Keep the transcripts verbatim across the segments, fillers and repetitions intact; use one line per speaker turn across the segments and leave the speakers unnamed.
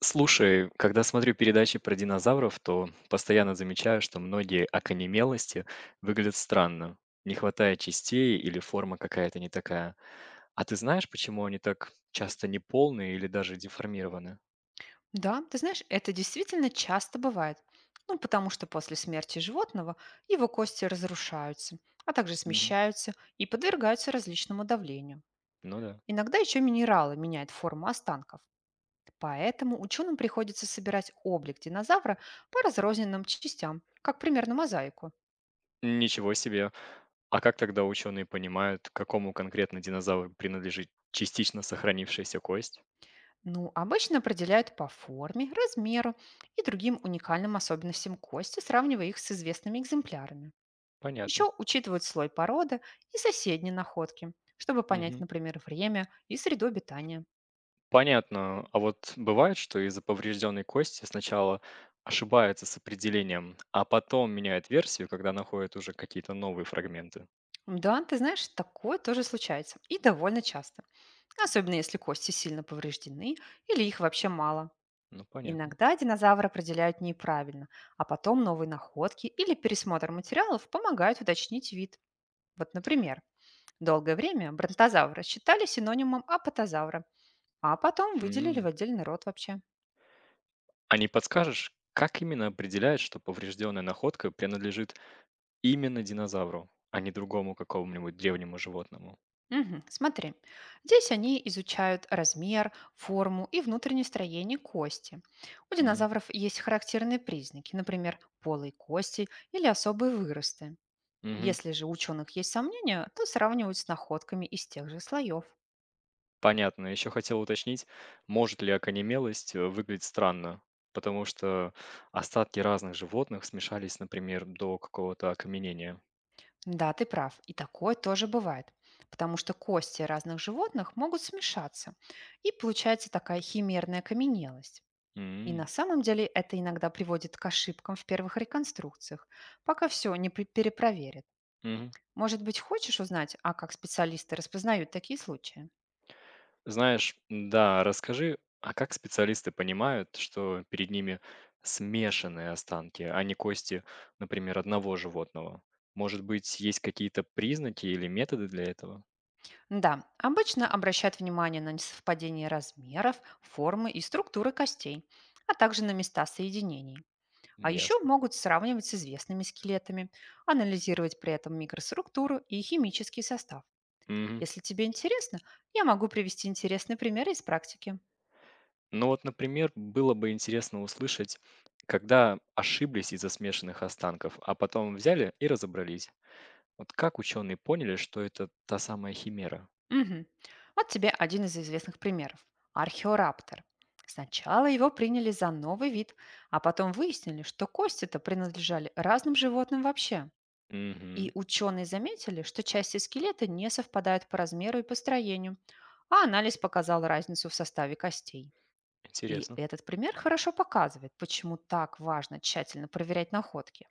Слушай, когда смотрю передачи про динозавров, то постоянно замечаю, что многие окаменелости выглядят странно. Не хватает частей или форма какая-то не такая. А ты знаешь, почему они так часто неполные или даже деформированы?
Да, ты знаешь, это действительно часто бывает. Ну, потому что после смерти животного его кости разрушаются, а также
Мгм.
смещаются и подвергаются различному давлению.
Ну да.
Иногда еще минералы меняют форму останков. Поэтому ученым приходится собирать облик динозавра по разрозненным частям, как примерно мозаику.
Ничего себе. А как тогда ученые понимают, к какому конкретно динозавру принадлежит частично сохранившаяся кость?
Ну, обычно определяют по форме, размеру и другим уникальным особенностям кости, сравнивая их с известными экземплярами.
Понятно.
Еще учитывают слой породы и соседние находки, чтобы понять,
Мгм.
например, время и среду обитания.
Понятно. А вот бывает, что из-за поврежденной кости сначала ошибаются с определением, а потом меняют версию, когда находят уже какие-то новые фрагменты?
Да, ты знаешь, такое тоже случается и довольно часто. Особенно если кости сильно повреждены или их вообще мало.
Ну, понятно.
Иногда динозавры определяют неправильно, а потом новые находки или пересмотр материалов помогают уточнить вид. Вот, например, долгое время бронтозавра считали синонимом апатозавра, а потом выделили в
М.
отдельный род вообще.
А не подскажешь, как именно определяют, что поврежденная находка принадлежит именно динозавру, а не другому какому-нибудь древнему животному?
Мгм. Смотри, здесь они изучают размер, форму и внутреннее строение кости. У
Мгм.
динозавров есть характерные признаки, например, полые кости или особые выросты.
Мгм.
Если же у ученых есть сомнения, то сравнивают с находками из тех же слоев.
Понятно. Еще хотел уточнить, может ли окаменелость, э, выглядеть странно? Потому что остатки разных животных смешались, например, до какого-то окаменения.
Да, ты прав, и такое тоже бывает, потому что кости разных животных могут смешаться, и получается такая химерная каменелость. И
М,
на самом деле это иногда приводит к ошибкам в первых реконструкциях, пока все не пре- перепроверят.
мгм.
Может быть, хочешь узнать, а как специалисты распознают такие случаи?
Знаешь, да, расскажи, а как специалисты понимают, что перед ними смешанные останки, а не кости, например, одного животного? Может быть, есть какие-то признаки или методы для этого?
Да, обычно обращают внимание на несовпадение размеров, формы и структуры костей, а также на места соединений.
М,
А еще
ясно.
могут сравнивать с известными скелетами, анализировать при этом микроструктуру и химический состав.
Мгм.
Если тебе интересно, я могу привести интересные примеры из практики.
Ну вот, например, было бы интересно услышать, когда ошиблись из-за смешанных останков, а потом взяли и разобрались. Вот как ученые поняли, что это та самая химера?
Мгм. Вот тебе один из известных примеров — археораптор. Сначала его приняли за новый вид, а потом выяснили, что кости-то принадлежали разным животным вообще. И
Угу,
ученые заметили, что части скелета не совпадают по размеру и построению, а анализ показал разницу в составе костей. И
интересно.
этот пример хорошо показывает, почему так важно тщательно проверять находки.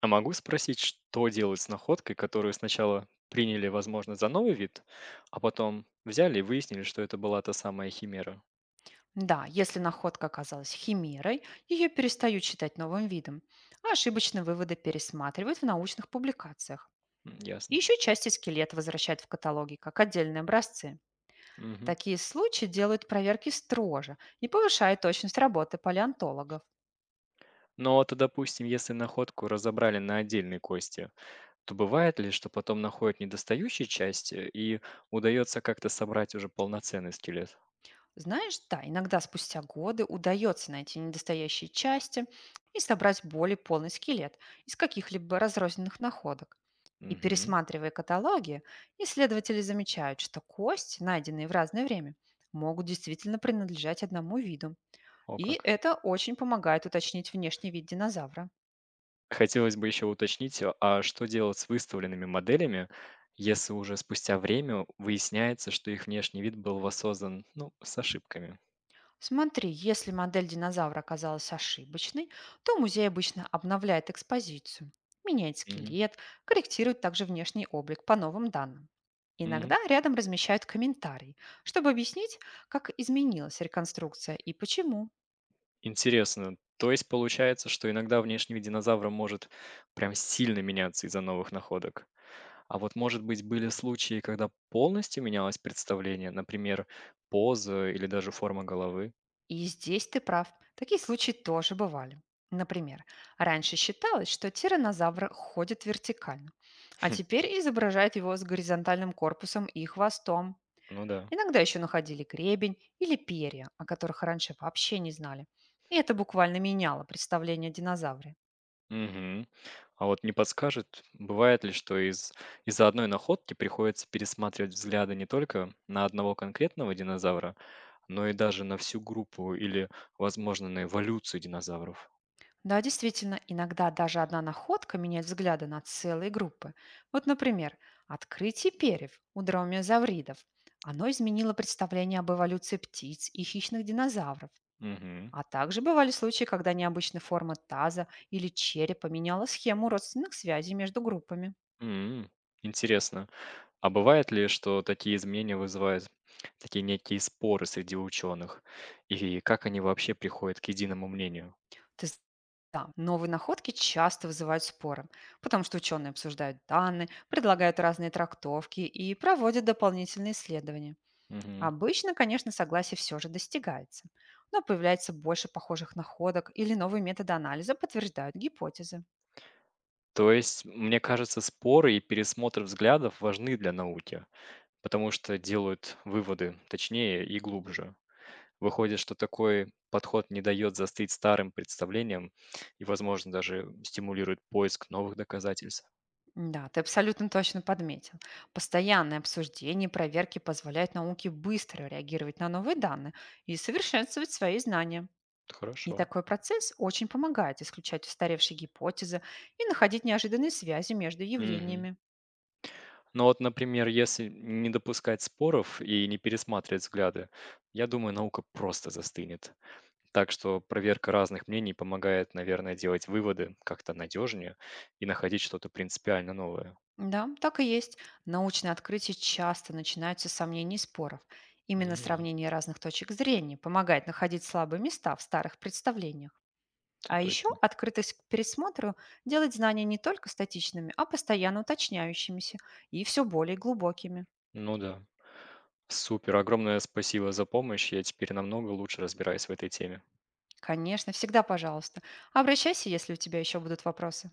А могу спросить, что делать с находкой, которую сначала приняли, возможно, за новый вид, а потом взяли и выяснили, что это была та самая химера?
Да, если находка оказалась химерой, ее перестают считать новым видом, а ошибочные выводы пересматривают в научных публикациях.
М, ясно.
Еще части скелета возвращают в каталоги как отдельные образцы.
Мгм.
Такие случаи делают проверки строже и повышают точность работы палеонтологов.
Ну вот, а допустим, если находку разобрали на отдельные кости, то бывает ли, что потом находят недостающие части и удается как-то собрать уже полноценный скелет?
Знаешь, да, иногда спустя годы удается найти недостающие части и собрать более полный скелет из каких-либо разрозненных находок. И,
Мгм.
пересматривая каталоги, исследователи замечают, что кости, найденные в разное время, могут действительно принадлежать одному виду.
О
И
как.
это очень помогает уточнить внешний вид динозавра.
Хотелось бы еще уточнить, э, а что делать с выставленными моделями, если уже спустя время выясняется, что их внешний вид был воссоздан, ну, с ошибками?
Смотри, если модель динозавра оказалась ошибочной, то музей обычно обновляет экспозицию, меняет
Мгм.
скелет, корректирует также внешний облик по новым данным.
Мгм.
Иногда рядом размещают комментарий, чтобы объяснить, как изменилась реконструкция и почему.
Интересно. То есть получается, что иногда внешний вид динозавра может прям сильно меняться из-за новых находок? А вот, может быть, были случаи, когда полностью менялось представление, например, поза или даже форма головы?
И здесь ты прав, такие случаи тоже бывали. Например, раньше считалось, что тираннозавр ходит вертикально, а
Хм,
теперь изображает его с горизонтальным корпусом и хвостом.
ну да.
Иногда еще находили гребень или перья, о которых раньше вообще не знали. И это буквально меняло представление о динозавре.
Мгм. А вот не подскажет, бывает ли, что из, из-за одной находки приходится пересматривать взгляды не только на одного конкретного динозавра, но и даже на всю группу или, возможно, на эволюцию динозавров?
Да, действительно, иногда даже одна находка меняет взгляды на целые группы. Вот, например, открытие перьев у дромеозавридов. Оно изменило представление об эволюции птиц и хищных динозавров.
Мгм.
А также бывали случаи, когда необычная форма таза или черепа меняла схему родственных связей между группами.
М, интересно. А бывает ли, что такие изменения вызывают такие некие споры среди ученых? И как они вообще приходят к единому мнению?
Ты з Да, новые находки часто вызывают споры, потому что ученые обсуждают данные, предлагают разные трактовки и проводят дополнительные исследования.
Мгм.
Обычно, конечно, согласие все же достигается, но появляется больше похожих находок или новые методы анализа подтверждают гипотезы.
То есть, мне кажется, споры и пересмотр взглядов важны для науки, потому что делают выводы точнее и глубже. Выходит, что такой подход не дает застыть старым представлениям и, возможно, даже стимулирует поиск новых доказательств.
Да, ты абсолютно точно подметил. Постоянное обсуждение и проверки позволяет науке быстро реагировать на новые данные и совершенствовать свои знания.
Это
И
хорошо.
такой процесс очень помогает исключать устаревшие гипотезы и находить неожиданные связи между
Мгм.
явлениями.
Но вот, например, если не допускать споров и не пересматривать взгляды, я думаю, наука просто застынет. Так что проверка разных мнений помогает, наверное, делать выводы как-то надежнее и находить что-то принципиально новое.
Да, так и есть. Научные открытия часто начинаются с сомнений и споров. Именно
Мгм.
сравнение разных точек зрения помогает находить слабые места в старых представлениях.
Это
А еще
точно.
открытость к пересмотру делает знания не только статичными, а постоянно уточняющимися и все более глубокими.
Ну да. Супер, огромное спасибо за помощь. Я теперь намного лучше разбираюсь в этой теме.
Конечно, всегда пожалуйста. Обращайся, если у тебя еще будут вопросы.